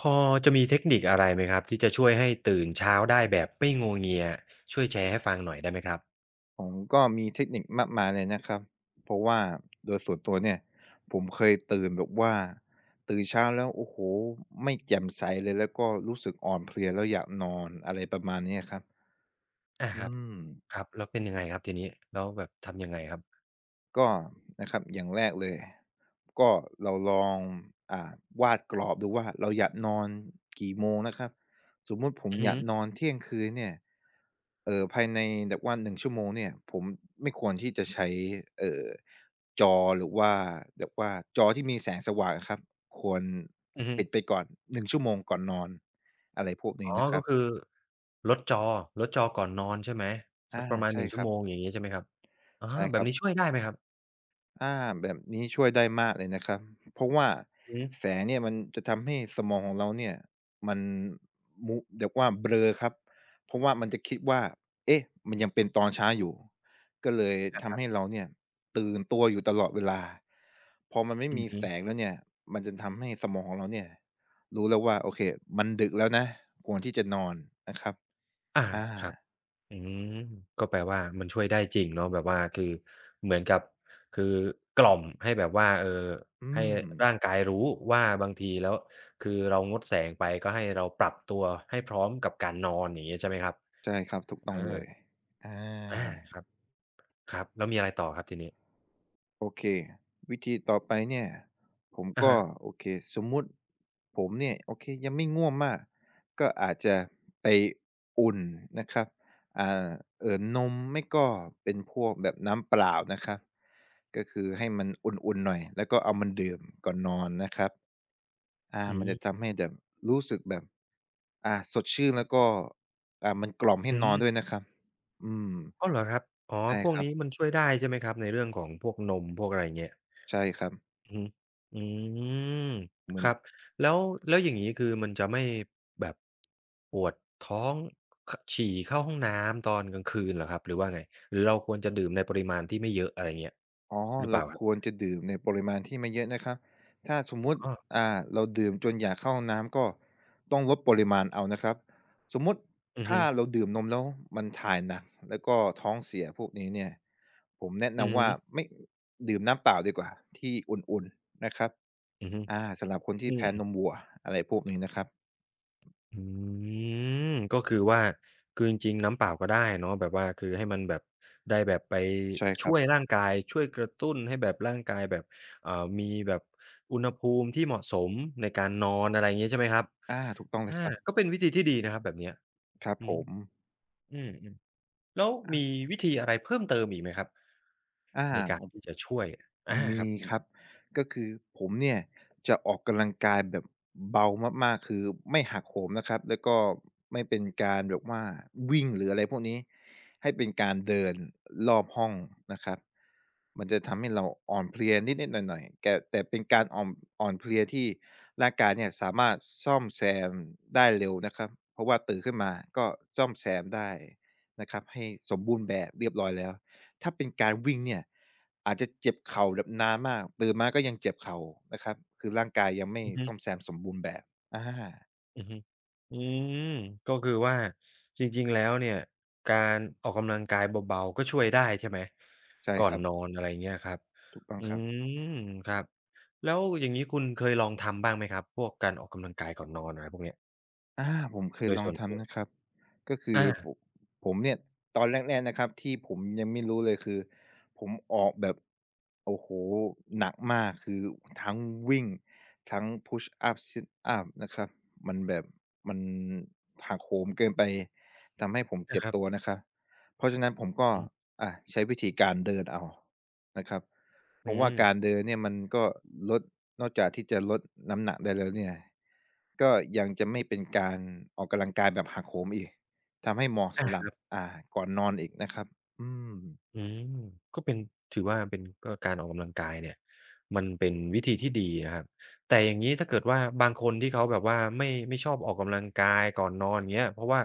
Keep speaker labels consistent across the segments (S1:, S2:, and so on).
S1: พอจะมีเทคนิคอะไรไหมครับที่จะช่วยให้ตื่นเช้าได้แบบไม่งัวเงียช่วยแชร์ให้ฟังหน่อยได้ไหมครับ
S2: ผมก็มีเทคนิคมากมายเลยนะครับ เพราะว่าโดยส่วนตัวเนี่ยผมเคยตื่นแบบว่าตื่นเช้าแล้วโอ้โฮไม่แจ่มใสเลยแล้วก็รู้สึกอ่อนเพลียแล้วอยากนอนอะไรประมาณเนี้ยครับ
S1: อาค
S2: อื
S1: รับ
S2: ม
S1: ครับแล้วเป็นยังไงครับทีนี้แล้วแบบทำยังไงครับ
S2: ก็นะครับอย่างแรกเลยก็เราลองอ่าวาดกรอบดูว่าเราอยากนอนกี่โมงนะครับสมมุติผม
S1: อือ
S2: อยา
S1: ฮึ
S2: กนอนเที่ยงคืนเนี่ยภายในแบบว่า1ชั่วโมงเนี่ยผมไม่ควรที่จะใช้เอ่อจอหรือว่าแบบว่าจอที่มีแสงสว่างอะครับควร
S1: อือฮึ
S2: ปิดไปก่อน1ชั่วโมงก่อนนอนอะไรพวก
S1: อ๋
S2: นี้
S1: อ
S2: นะค
S1: ก็
S2: รับ
S1: คือลดจอลดจอก่อนนอนใช่ไหม
S2: อา
S1: สักประมาณห
S2: ใช่
S1: นึ่ง
S2: ค
S1: ชั่ว
S2: รับ
S1: โมงอย่างงี้ใช่ไหมครับอา
S2: ใช่
S1: แบ
S2: ครั
S1: บนี้ช่
S2: บ
S1: วยได้ไหมครับ
S2: อาแบบนี้ช่วยได้มากเลยนะครับเพราะว่า
S1: อือฮึ
S2: แสงเนี่ยมันจะทำให้สมองของเราเนี่ยมันมุเรียกว่าเบลอครับเพราะว่ามันจะคิดว่าเอ๊ะมันยังเป็นตอนเช้าอยู่ก็เลยทำให้เราเนี่ยตื่นตัวอยู่ตลอดเวลาพอมันไม่
S1: อื
S2: มี
S1: อฮึ
S2: แสงแล้วเนี่ยมันจะทำให้สมองของเราเนี่ยรู้แล้วว่าโอเคมันดึกแล้วนะควรที่จะนอนนะครับ
S1: อา
S2: อา
S1: ครับ อืมก็แปลว่ามันช่วยได้จริงเนาะแบบว่าคือเหมือนกับคือกล่อมให้แบบว่าเออ
S2: อื
S1: ให้
S2: ม
S1: ร่างกายรู้ว่าบางทีแล้วคือเรางดแสงไปก็ให้เราปรับตัวให้พร้อมกับการนอนอย่างเงี้ยใช่ไหมครับ
S2: ใช่ครับถูกต้องเล
S1: อา
S2: ยอา
S1: อาครับครับแล้วมีอะไรต่อครับทีนี้
S2: โอเควิธีต่อไปเนี่ยผม
S1: อะ
S2: ก็
S1: ฮะ
S2: โอเคสมมุติผมเนี่ยโอเคยังไม่ง่วงมากก็อาจจะไปอุ่นนะครับอ่านมไม่ก็เป็นพวกแบบน้ำเปล่านะครับก็คือให้มันอุ่นๆหน่อยแล้วก็เอามันดื่มก่อนนอนนะครับอา
S1: อื
S2: มัน
S1: ม
S2: จะทำให้แบบรู้สึกแบบสดชื่นแล้วก็มันกล่อมให้
S1: อื
S2: นอน
S1: ม
S2: ด้วยนะครับอืม
S1: อ้าวเหรอครับอ๋อ
S2: ใช่
S1: พว
S2: ค
S1: ก
S2: รับ
S1: นี้มันช่วยได้ใช่ไหมครับในเรื่องของพวกนมพวกอะไรอย่างเงี้ย
S2: ใช่ครับ
S1: อือฮึอืม
S2: เหมือ
S1: ค
S2: น
S1: รับ แล้วแล้วอย่างงี้คือมันจะไม่แบบปวดท้องขฉี่เข้าห้องน้ำตอนกลางคืนเหรอครับ หรือว่าไง หรือเราควรจะดื่มในปริมาณที่ไม่เยอะอะไรเงี้ย
S2: อ๋อ
S1: หรือเป
S2: เรา
S1: ล่าครั
S2: ค
S1: บ
S2: วรจะดื่มในปริมาณที่ไม่เยอะนะครับถ้าสมมุติ
S1: อ๋อ
S2: อ่าเราดื่มจนอยากเข้าห้องน้ำก็ต้องลดปริมาณเอานะครับสมมุติ
S1: อือ
S2: ถ้า
S1: ฮึ
S2: เราดื่มนมแล้วมันถ่ายหนักแล้วก็ท้องเสียพวกนี้เนี่ยผมแนะ
S1: อือ
S2: นำ
S1: ฮึ
S2: ว่าไม่ดื่มน้ำเปล่าดีกว่าที่อุ่นๆนะครับ
S1: อือฮึ
S2: อาสำหรับคน
S1: อื
S2: ที่
S1: ม
S2: แพ้นมวัวอะไรพวกนี้นะครับ
S1: อืมก็คือว่าคือจริงๆน้ำเปล่าก็ได้เนาะแบบว่าคือให้มันแบบได้แบบไป
S2: ใช่ครั
S1: ช่
S2: บ
S1: วยร่างกายช่วยกระตุ้นให้แบบร่างกายแบบเอ่อมีแบบอุณหภูมิที่เหมาะสมในการนอนอะไรอย่างงี้ใช่ไหมครับ
S2: อาถูกต้องเล
S1: อา
S2: ยครับ
S1: ก็เป็นวิธีที่ดีนะครับแบบเนี้ย
S2: ครับ
S1: อื
S2: ผ
S1: อ
S2: ม
S1: ฮึอืมๆแล้วมี
S2: อ
S1: วิธีอะไรเพิ่มเติมอีกไหมครับ
S2: า
S1: ในการ
S2: อา
S1: ที่จะช่วยอาค
S2: มี
S1: รับ
S2: ครับก็คือผมเนี่ยจะออกกำลังกายแบบเบามากๆคือไม่หักโหมนะครับแล้วก็ไม่เป็นการแบบว่าวิ่งหรืออะไรพวกนี้ให้เป็นการเดินรอบห้องนะครับมันจะทำให้เราอ่อนเพลียนิดๆหน่อยๆแก่แต่เป็นการอ่อมอ่อนเพลียที่ร่างกายเนี่ยสามารถซ่อมแซมได้เร็วนะครับเพราะว่าตื่นขึ้นมาก็ซ่อมแซมได้นะครับให้สมบูรณ์แบบเรียบร้อยแล้ว ถ้าเป็นการวิ่งเนี่ยอาจจะเจ็บเข่าแบบนานมากตื่นมาก็ยังเจ็บเข่านะครับคือร่างกายยังไม่
S1: อือฮึ
S2: ซ่อมแซมสมบูรณ์แบบอา
S1: อือฮึอืมก็คือว่าจริงๆแล้วเนี่ยการออกกำลังกายเบาๆก็ช่วยได้ใช่ไหม
S2: ใช่
S1: ก่อ
S2: ค
S1: น
S2: รั
S1: น
S2: บ
S1: อนอะไรเงี้ยครับ
S2: ถูกต้อง
S1: อื
S2: ครับ
S1: มครับแล้วอย่างงี้คุณเคยลองทำบ้างไหมครับพวกการออกกำลังกายก่อนนอนอะไรพวกเนี้ย
S2: อาผมเคย
S1: โดย
S2: ลอง
S1: ส่วนตัว
S2: ทำนะครับก็คือ
S1: อา
S2: ผมเนี่ยตอนแรกๆนะครับที่ผมยังไม่รู้เลยคือผมออกแบบโอ้โฮหนักมากคือทั้งวิ่งทั้ง push up sit up นะครับมันแบบมันหักโหมเกินไปทำให้ผม
S1: นะ
S2: เจ็บ
S1: ครับ
S2: ตัวนะครับเพราะฉะนั้นผมก็
S1: อือ
S2: ใช้วิธีการเดินเอานะครับ ผม
S1: ฮึ
S2: ว่าการเดินเนี่ยมันก็ลดนอกจากที่จะลดน้ำหนักได้แล้วเนี่ยก็ยังจะไม่เป็นการออกกำลังกายแบบหักโหมอีกทำให้เหมาะสำหรับอ่าก่อนนอนอีกนะครับอืม
S1: อืมก็เป็นถือว่าเป็นก็การออกกำลังกายเนี่ยมันเป็นวิธีที่ดีนะครับแต่อย่างงี้ถ้าเกิดว่าบางคนที่เขาแบบว่าไม่ชอบออกกำลังกายก่อนนอนอย่างเงี้ยเพราะว่า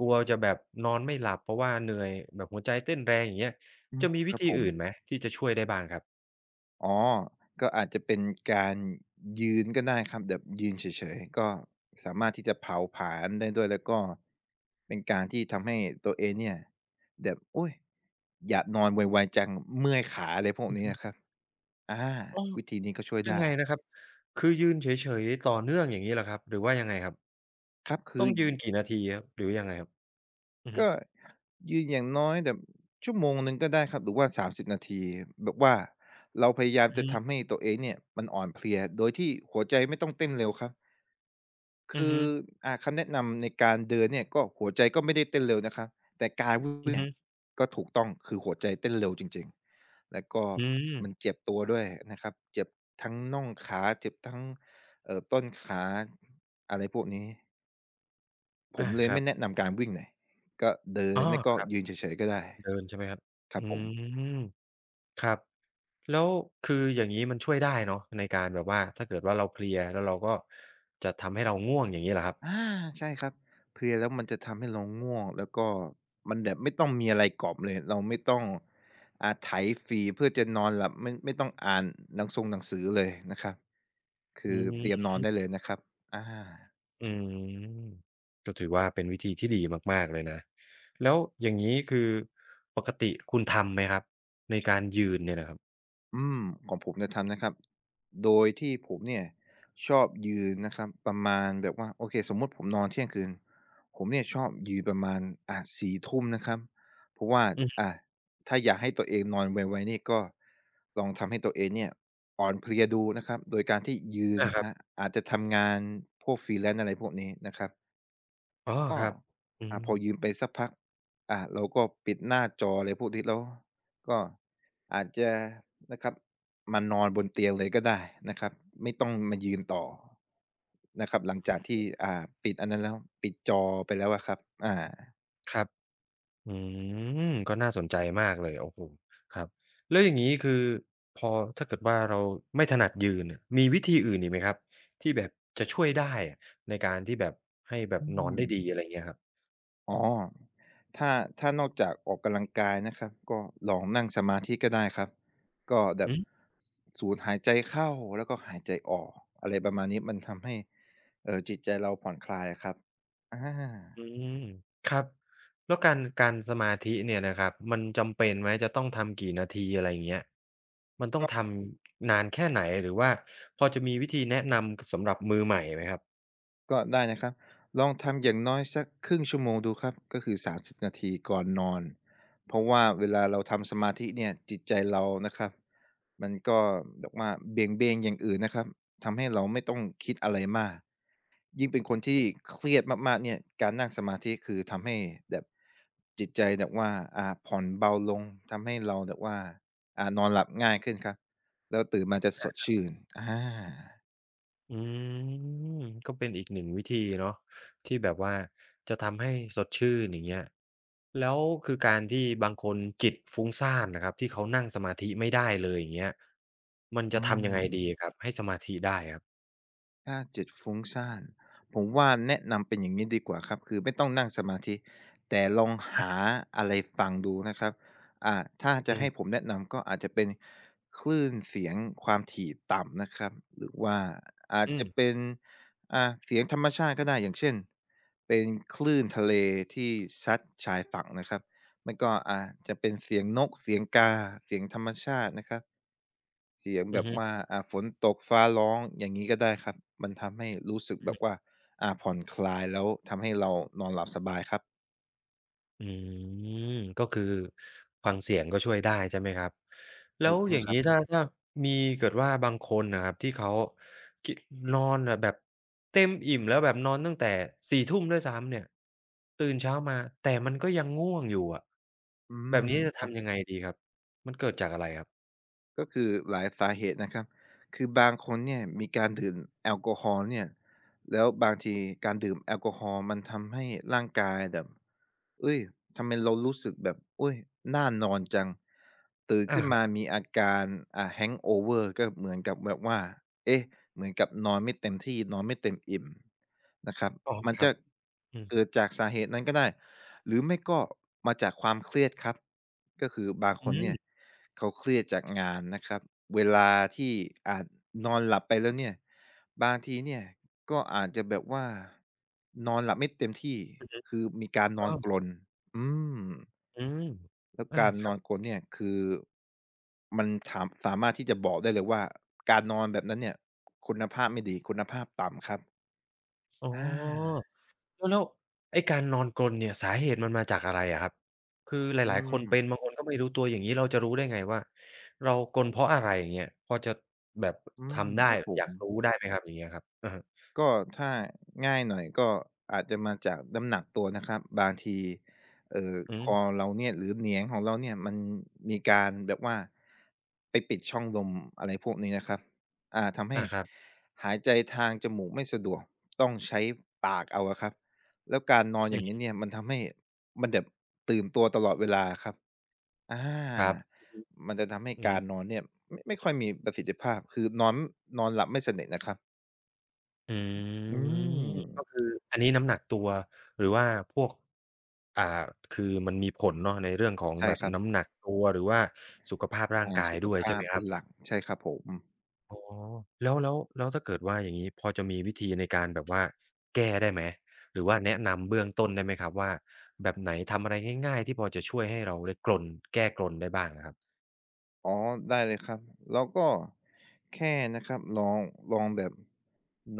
S1: กลัวจะแบบนอนไม่หลับเพราะว่าเหนื่อยแบบหัวใจเต้นแรงอย่างเงี้ย
S2: อืม
S1: จะมี
S2: ค
S1: วิ
S2: รับ
S1: ธี
S2: ผม
S1: อื่นไหมที่จะช่วยได้บ้างครับ
S2: อ๋อก็อาจจะเป็นการยืนก็ได้ครับแบบยืนเฉยๆ ก็สามารถที่จะเผาผลาญได้ด้วยแล้วก็เป็นการที่ทำให้ตัวเองเนี่ยแบบโอ๊ยอยากนอนไวๆจังเมื่อยขาอะไรพวก
S1: อือ
S2: นี้
S1: ฮึ
S2: อะครับอา
S1: อ้อ
S2: วิธีนี้ก็ช่วย
S1: ยัง
S2: ได้
S1: ไงนะครับคือยืนเฉยๆต่อเนื่องอย่างงี้เหรอครับหรือว่ายังไงครับ
S2: ครับคื
S1: ต้
S2: อ
S1: องยืนกี่นาทีครับหรือยังไงครับอือฮึ
S2: ก็ยืนอย่างน้อยแบบชั่วโมงหนึ่งก็ได้ครับหรือว่า30นาทีแบบว่าเราพยายาม
S1: อือ
S2: จะ
S1: ฮึ
S2: ทำให้ตัวเองเนี่ยมันอ่อนเพลียโดยที่หัวใจไม่ต้องเต้นเร็วครับ
S1: อือ
S2: คือ
S1: ฮึ
S2: คำแนะนำในการเดินเนี่ยก็หัวใจก็ไม่ได้เต้นเร็วนะครับแต่การ
S1: อือ
S2: วิ่
S1: ฮึ
S2: งก็ถูกต้องคือหัวใจเต้นเร็วจริงๆแล้วก็
S1: อืม
S2: มันเจ็บตัวด้วยนะครับเจ็บทั้งน่องขาเจ็บทั้งต้นขาอะไรพวกนี้ ผม
S1: อา
S2: เลย
S1: ครั
S2: ไม่
S1: บ
S2: แนะนำการวิ่งเลยก็เดิ
S1: อ๋
S2: น
S1: อ
S2: ไม่ก็
S1: ครับ
S2: ยืนเฉยๆก็ได้
S1: เดินใช่ไหมครับ
S2: ค
S1: อื
S2: รับผม
S1: มครับ แล้วคืออย่างงี้มันช่วยได้เนาะในการแบบว่าถ้าเกิดว่าเราเพลียแล้วเราก็จะทำให้เราง่วงอย่างงี้เหรอครับ
S2: อาใช่ครับเพลียแล้วมันจะทำให้เราง่วงแล้วก็มันแบบไม่ต้องมีอะไรกล่อมเลยเราไม่ต้องไถฝีเพื่อจะนอนหลับไม่ต้องอ่านหนังสงหนังสือเลยนะครับคื
S1: อื
S2: อเตรียมน
S1: ม
S2: อนได้เลยนะครับอา
S1: อืมก็ถือว่าเป็นวิธีที่ดีมากๆเลยนะ แล้วอย่างงี้ คือ ปกติคุณทำไหมครับ ในการยืนเนี่ยนะครับ
S2: อืมของผมจะทำนะครับโดยที่ผมเนี่ยชอบยืนนะครับประมาณแบบว่าโอเคสมมุติผมนอนเที่ยงคืนผมเนี่ยชอบยืนประมาณอ่า4ทุ่มนะครับเพราะว่า
S1: อือ
S2: อ่าถ้าอยากให้ตัวเองนอนไวๆนี่ก็ลองทำให้ตัวเองเนี่ยอ่อนเพลียดูนะครับโดยการที่ยืน
S1: อาครับ
S2: อาอาจจะทำงานพวก freelance อะไรพวกนี้นะครับ
S1: อ๋อ
S2: ก็
S1: ครับอืม
S2: พอยืมไปสักพักเราก็ปิดหน้าจออะไรพวกนี้แล้วก็อาจจะนะครับมานอนบนเตียงเลยก็ได้นะครับไม่ต้องมายืนต่อนะครับหลังจากที่ปิดอันนั้นแล้วปิดจอไปแล้วอะครับอา
S1: ครับ อืมก็น่าสนใจมากเลยโอ้โฮครับแล้วอย่างงี้คือพอถ้าเกิดว่าเราไม่ถนัดยืนเนี่ยมีวิธีอื่นอีกไหมครับที่แบบจะช่วยได้อะในการที่แบบให้แบบ
S2: อื
S1: นอน
S2: ม
S1: ได้ดีอะไรอย่างเงี้ยครับ
S2: อ๋อถ้าถ้านอกจากออกกำลังกายนะครับก็ลองนั่งสมาธิก็ได้ครับก็แบ
S1: อื
S2: บ
S1: ม
S2: สูดหายใจเข้าแล้วก็หายใจออกอะไรประมาณนี้มันทำให้จิตใจเราผ่อนคลายอะครับอา
S1: อืมครับแล้วการสมาธิเนี่ยนะครับมันจำเป็นไหมจะต้องทำกี่นาทีอะไรอย่างเงี้ยมันต้องทำนานแค่ไหนหรือว่าพอจะมีวิธีแนะนำกสำหรับมือใหม่ไหมครับ
S2: ก็ได้นะครับลองทำอย่างน้อยสักครึ่งชั่วโมงดูครับก็คือ30นาทีก่อนนอนเพราะว่าเวลาเราทำสมาธิเนี่ยจิตใจเรานะครับมันก็แบบว่าเบี่ยงเบนอย่างอื่นนะครับทำให้เราไม่ต้องคิดอะไรมากยิ่งเป็นคนที่เครียดมากๆเนี่ยการนั่งสมาธิคือทำให้แบบจิตใจแบบว่าผ่อนเบาลงทำให้เราแบบว่านอนหลับง่ายขึ้นครับแล้วตื่นมาจะสดชื่นอา
S1: อืมก็เป็นอีกหนึ่งวิธีเนาะที่แบบว่าจะทำให้สดชื่นอย่างเงี้ยแล้วคือการที่บางคนจิตฟุ้งซ่านนะครับที่เขานั่งสมาธิไม่ได้เลยอย่างเงี้ยมัน
S2: อื
S1: จะทำยังไงดี
S2: ม
S1: ครับให้สมาธิได้ครับ
S2: ถ้าจิตฟุ้งซ่านผมว่าแนะนำเป็นอย่างนี้ดีกว่าครับคือไม่ต้องนั่งสมาธิแต่ลองหาอะไรฟังดูนะครับอ่าถ้า
S1: อื
S2: จะให้ผ
S1: ม
S2: มแนะนำก็อาจจะเป็นคลื่นเสียงความถี่ต่ำนะครับหรือว่าอาจ
S1: อื
S2: จะ
S1: ม
S2: เป็นเสียงธรรมชาติก็ได้อย่างเช่นเป็นคลื่นทะเลที่ซัดชายฝั่งนะครับ มันก็อาจจะเป็นเสียงนกเสียงกาเสียงธรรมชาตินะครับเสียง
S1: อื
S2: แบ
S1: อ
S2: บ
S1: ฮึ
S2: ว่าฝนตกฟ้าร้องอย่างงี้ก็ได้ครับมันทำให้รู้สึกแบบว่าผ่อนคลายแล้วทำให้เรานอนหลับสบายครับ
S1: อืมก็คือฟังเสียงก็ช่วยได้ใช่ไหมครับแล้
S2: ถู
S1: ว
S2: กต้อ
S1: อ
S2: ง
S1: ย่าง
S2: ครับ
S1: นี้ถ้ามีเกิดว่าบางคนนะครับที่เขากินอนอะแบบเต็มอิ่มแล้วแบบนอนตั้งแต่4ทุ่มด้วยซ้ำเนี่ยตื่นเช้ามาแต่มันก็ยังง่วงอยู่อะ
S2: อื
S1: แบ
S2: ม
S1: บนี้จะ
S2: ครับ
S1: ทำยังไงดีครับมันเกิดจากอะไรครับ
S2: ก็คือหลายสาเหตุนะครับคือบางคนเนี่ยมีการดื่มแอลกอฮอล์เนี่ยแล้วบางทีการดื่มแอลกอฮอล์มันทำให้ร่างกายแบบเฮ้ยทำไมเรารู้สึกแบบเอุยน่านอนจัง ตื่น
S1: อ่า
S2: ขึ้น
S1: ครั
S2: มา
S1: บ
S2: มีอาการhangover ก็เหมือนกับแบบว่าเอ๊ะเหมือนกับนอนไม่เต็มที่นอนไม่เต็มอิ่มนะครับ
S1: อ๋อ
S2: มัน
S1: ครั
S2: จะ
S1: บอืม
S2: เกิดจากสาเหตุนั้นก็ได้ หรือไม่ก็มาจากความเครียดครับก็คือบางค
S1: อื
S2: น
S1: ม
S2: เนี่ยเขาเครียดจากงานนะครับเวลาที่อาจนอนหลับไปแล้วเนี่ยบางทีเนี่ยก็อาจจะแบบว่านอนหลับไม่เต็มที่คือมีการนอ
S1: อ๋
S2: นกร
S1: อ
S2: นอืม
S1: อืม
S2: แล้ว
S1: อา
S2: การ
S1: ค
S2: น
S1: รั
S2: อ
S1: บ
S2: นกรนเนี่ยคือมันถามสามารถที่จะบอกได้เลยว่าการนอนแบบนั้นเนี่ยคุณภาพไม่ดีคุณภาพต่ำครับ
S1: อ๋อ
S2: อา
S1: แล้วไอ้การนอนกรนเนี่ยสาเหตุมันมาจากอะไรอะครับคือห
S2: อื
S1: ลายๆคน
S2: ม
S1: เป็นบางคนก็ไม่รู้ตัวอย่างงี้เราจะรู้ได้ไงว่าเรากรนเพราะอะไรอย่างเงี้ยพอจะแบบ
S2: อืม
S1: ทำได้
S2: ครับผ
S1: อ
S2: ม
S1: ยากรู้ได้ไหมครับอย่างเงี้ยครับอะฮะ
S2: ก็ถ้าง่ายหน่อยก็อาจจะมาจากน้ำหนักตัวนะครับบางทีเอ่อ
S1: อื
S2: ค
S1: ม
S2: อเราเนี่ยหรือเหนียงของเราเนี่ยมันมีการแบบว่าไปปิดช่องลมอะไรพวกนี้นะครับทำให้
S1: อาครับ
S2: หายใจทางจมูกไม่สะดวกต้องใช้ปากเอาอะครับแล้วการนอนอ
S1: อื
S2: ย่างนี้
S1: ม
S2: เนี่ยมันทำให้มันแบบตื่นตัวตลอดเวลาอะครับอ
S1: ครับ
S2: ามันจะทำให้
S1: อื
S2: การนอ
S1: ม
S2: นเนี่ยไม่ค่อยมีประสิทธิภาพคือนอนนอนหลับไม่สนิทนะครับ
S1: อื
S2: อื
S1: มก็
S2: ม
S1: คืออันนี้น้ำหนักตัวหรือว่าพวกอ่าคือมันมีผลเนาะในเรื่องของ
S2: ใช่
S1: แบบ
S2: ครับ
S1: น้ำหนักตัวหรือว่าสุขภาพร่างกาย
S2: สุข
S1: ด้วยใช่
S2: ภาพ
S1: ไหมค
S2: เป็
S1: รั
S2: น
S1: บ
S2: หลัก ใช่ครับผม
S1: อ๋อแล้วถ้าเกิดว่าอย่างงี้พอจะมีวิธีในการแบบว่าแก้ได้ไหมหรือว่าแนะนำเบื้องต้นได้ไหมครับว่าแบบไหนทำอะไรง่ายๆที่พอจะช่วยให้เราได้กลนแก้กลนได้บ้างอะครับ
S2: อ๋อได้เลยครับแล้วก็แค่นะครับ ลองแบบ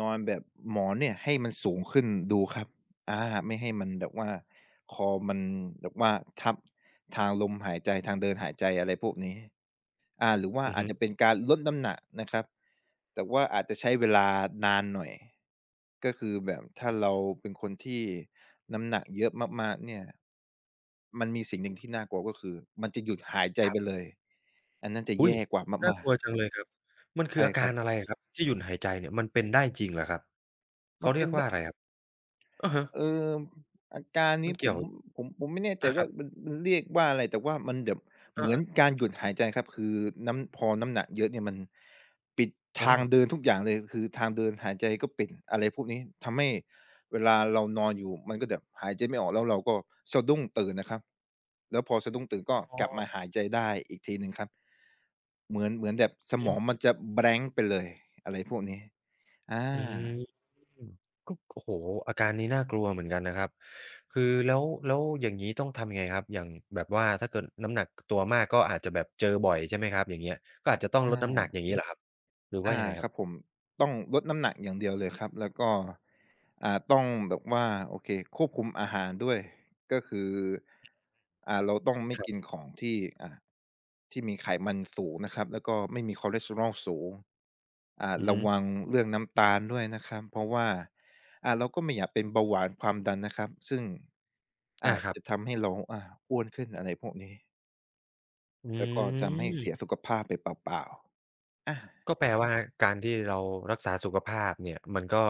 S2: นอนแบบหมอนเนี่ยให้มันสูงขึ้นดูครับอาไม่ให้มันแบบว่าคอมันแบบว่าทับทางลมหายใจทางเดินหายใจอะไรพวกนี้ หรือว่า
S1: อือ
S2: อา
S1: ฮึ
S2: จจะเป็นการลดน้ำหนักนะครับแต่ว่าอาจจะใช้เวลานานหน่อยก็คือแบบถ้าเราเป็นคนที่น้ำหนักเยอะมากๆเนี่ยมันมีสิ่งหนึ่งที่น่ากลัวก็คือมันจะหยุดหายใจ
S1: ครั
S2: ไป
S1: บ
S2: เลยอันนั้นจะ
S1: อุ๊ย
S2: แย่กว่า
S1: น่า
S2: มา
S1: ก
S2: ก
S1: ลัว
S2: ๆ
S1: จังเลยครับมันคือ
S2: ใช่
S1: อา
S2: ค
S1: กา
S2: รับ
S1: รอะไรอะครับที่หยุดหายใจเนี่ยมันเป็นได้จริงเหรอครับ
S2: มัน
S1: เขาเรี
S2: เป็
S1: ย
S2: น
S1: กว่าอะไรครับอะฮะ
S2: เอ่ออาการ
S1: มั
S2: นี้
S1: น
S2: ผ
S1: เกี่ย
S2: ม
S1: ว
S2: ผมไม่แน่ใจ
S1: อาค
S2: ว่า
S1: รับ
S2: มันเรียกว่าอะไรแต่ว่ามันแบบเห
S1: อา
S2: มือน
S1: ๆ
S2: การหยุดหายใจครับคือน้ำพอน้ำหนักเยอะเนี่ยมันปิด
S1: อ๋อ
S2: ทางเดินทุกอย่างเลยคือทางเดินหายใจก็ปิดอะไรพวกนี้ทำให้เวลาเรานอนอยู่มันก็แบบหายใจไม่ออกแล้วเราก็สะดุ้งตื่นนะครับแล้วพอสะดุ้งตื่นก็
S1: อ๋อ
S2: กลับมาหายใจได้อีกทีหนึ่งครับเหมือนแบบส
S1: อื
S2: มอ
S1: อ
S2: งมันจะ blank ไปเลยอะไรพวกนี้อา
S1: อืม อืมก็โอ้โฮอาการนี้น่ากลัวเหมือนกันนะครับคือแล้วอย่างงี้ต้องทำยังไงครับอย่างแบบว่าถ้าเกิดน้ำหนักตัวมากก็อาจจะแบบเจอบ่อยใช่ไหมครับอย่างเงี้ยก็อาจจะต้องลดน้ำหนัก
S2: อา
S1: อย่างงี้เหรอครับหรือว่า
S2: อา
S1: ยังไงค
S2: ค
S1: รั
S2: รับผ
S1: บ
S2: มต้องลดน้ำหนักอย่างเดียวเลยครับแล้วก็ต้องแบบว่าโอเคควบคุมอาหารด้วยก็คือเราต้องไม่
S1: ครั
S2: กินข
S1: บ
S2: องที่อ่าที่มีไขมันสูงนะครับแล้วก็ไม่มีคอเลสเตอรอลสูง
S1: อือ
S2: ระ
S1: ฮึ
S2: วังเรื่องน้ำตาลด้วยนะครับเพราะว่าเราก็ไม่อยากเป็นเบาหวานความดันนะครับซึ่งอ่า
S1: อาครับ
S2: จะทำให้เราอ้วนขึ้นอะไรพวกนี้
S1: อื
S2: แล้วก็ทำให้เสีย
S1: ม
S2: สุขภาพไปเปล่าๆอา
S1: ก็แปลว่าการที่เรารักษาสุขภาพเนี่ยมันก็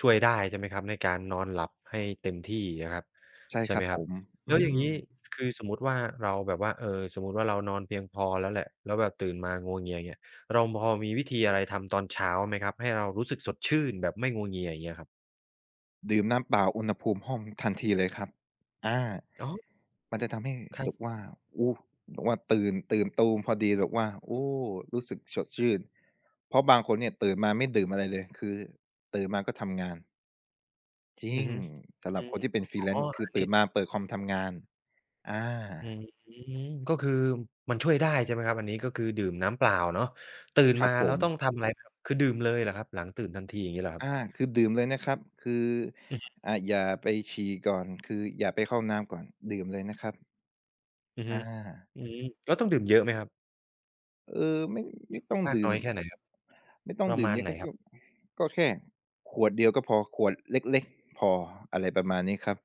S1: ช่วยได้ใช่ไหมครับในการนอนหลับให้เต็มที่อะครับ
S2: ใช่
S1: ใช่
S2: ครั
S1: ไหม
S2: บ
S1: ค
S2: ผ
S1: รับ
S2: มอื
S1: แล้วอย่า
S2: ม
S1: งงี้คือสมมุติว่าเราแบบว่าสมมุติว่าเรานอนเพียงพอแล้วแหละแล้วแบบตื่นมางัวเงียอย่างเงี้ยเราพอมีวิธีอะไรทำตอนเช้าไหมครับให้เรารู้สึกสดชื่นแบบไม่งัวเงียอย่างเงี้ยครับ
S2: ดื่มน้ำเปล่าอุณหภูมิห้องทันทีเลยครับอา
S1: อ๋อ
S2: มันจะทำให้
S1: ครั
S2: แบบ
S1: บ
S2: ว่าอู้แบบว่าตื่นตูมพอดีแบบว่าโอ้รู้สึกสดชื่นเพราะบางคนเนี่ยตื่นมาไม่ดื่มอะไรเลย คือตื่นมาก็ทำงาน จริ
S1: อือ
S2: ง
S1: ฮึ
S2: สำห
S1: อื
S2: รับค
S1: ม
S2: นที่เป็น
S1: อ๋อ
S2: Freelance คือ
S1: อันนี้
S2: ตื่นมาเปิดคอมทำงานอา
S1: อืมก็คือมันช่วยได้ใช่ไหมครับอันนี้ก็คือดื่มน้ำเปล่าเนาะตื่น
S2: ครับ
S1: มา
S2: ผ
S1: แล้ว
S2: ม
S1: ต้องทำอะไรไหมครับคือดื่มเลยเหรอครับหลังตื่นทันทีอย่างงี้เหรอครับ
S2: อาคือดื่มเลยนะครับ คือ
S1: อือฮึ
S2: อย่าไปฉี่ก่อน คืออย่าไปเข้าน้ำก่อนดื่มเลยนะครับ
S1: อือฮึ
S2: อา
S1: อืมแล้วต้องดื่มเยอะไหมครับ
S2: เออไม่ไม่ต้อง
S1: มาก
S2: ดื่
S1: น้
S2: ม
S1: อยแค่ไหนครับ
S2: ไม่ต้อ
S1: ป
S2: ง
S1: ระ
S2: ดื่ม
S1: มาณ
S2: เยอะ
S1: ไหน
S2: ครับ
S1: ครั
S2: ก็
S1: บ
S2: ก็แค่ขวดเดียวก็พอขวดเล็กๆพออะไรประมาณนี้ครับ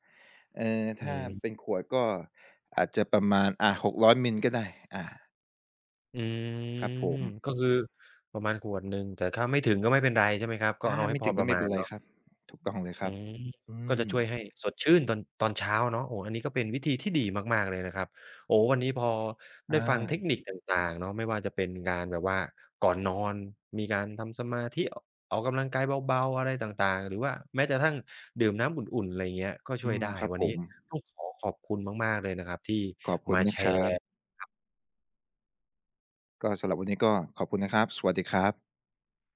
S1: อื
S2: ถ้า
S1: ม
S2: เป็นขวดก็อาจจะประมาณ600มิลก็ได้อ่า
S1: อื
S2: ครับ
S1: ม
S2: ผม
S1: ก็คือประมาณขวดหนึ่งแต่ถ้าไม่ถึงก็ไม่เป็นไรใช่ไหมครับก็
S2: อา
S1: เอาให้
S2: ไม่
S1: พ
S2: ถึ
S1: อ
S2: ง
S1: ป
S2: ก็
S1: ระ
S2: ไม่
S1: มา
S2: เป็
S1: ณ
S2: นไร
S1: เนาะ
S2: ครับถูกต้องเลยค
S1: อื
S2: รับ
S1: ม
S2: อื
S1: ก็จะ
S2: ม
S1: ช่วยให้สดชื่นตอนเช้าเนาะโอ้อันนี้ก็เป็นวิธีที่ดีมากๆเลยนะครับโอ้วันนี้พอได้ฟังเทค
S2: อา
S1: นิคต่างๆเนาะไม่ว่าจะเป็นการแบบว่าก่อนนอนมีการทำสมาธิออกอกกำลังกายเบาๆอะไรต่างๆหรือว่าแม้กระทั่งดื่มน้ำอุ่นๆอะไรอย่างเงี้ยก็
S2: อื
S1: ช่วย
S2: ม
S1: ได้
S2: ครับ
S1: วัน
S2: ผ
S1: นี้
S2: ม
S1: ต้องขอบคุณมากๆเลยนะครับที่
S2: ขอบคุณ
S1: มา
S2: นะ
S1: แช
S2: ครับ
S1: ร์
S2: ก็สำหรับวันนี้ก็ขอบคุณนะครับสวัสดีครับ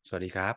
S1: สวัสดีครับ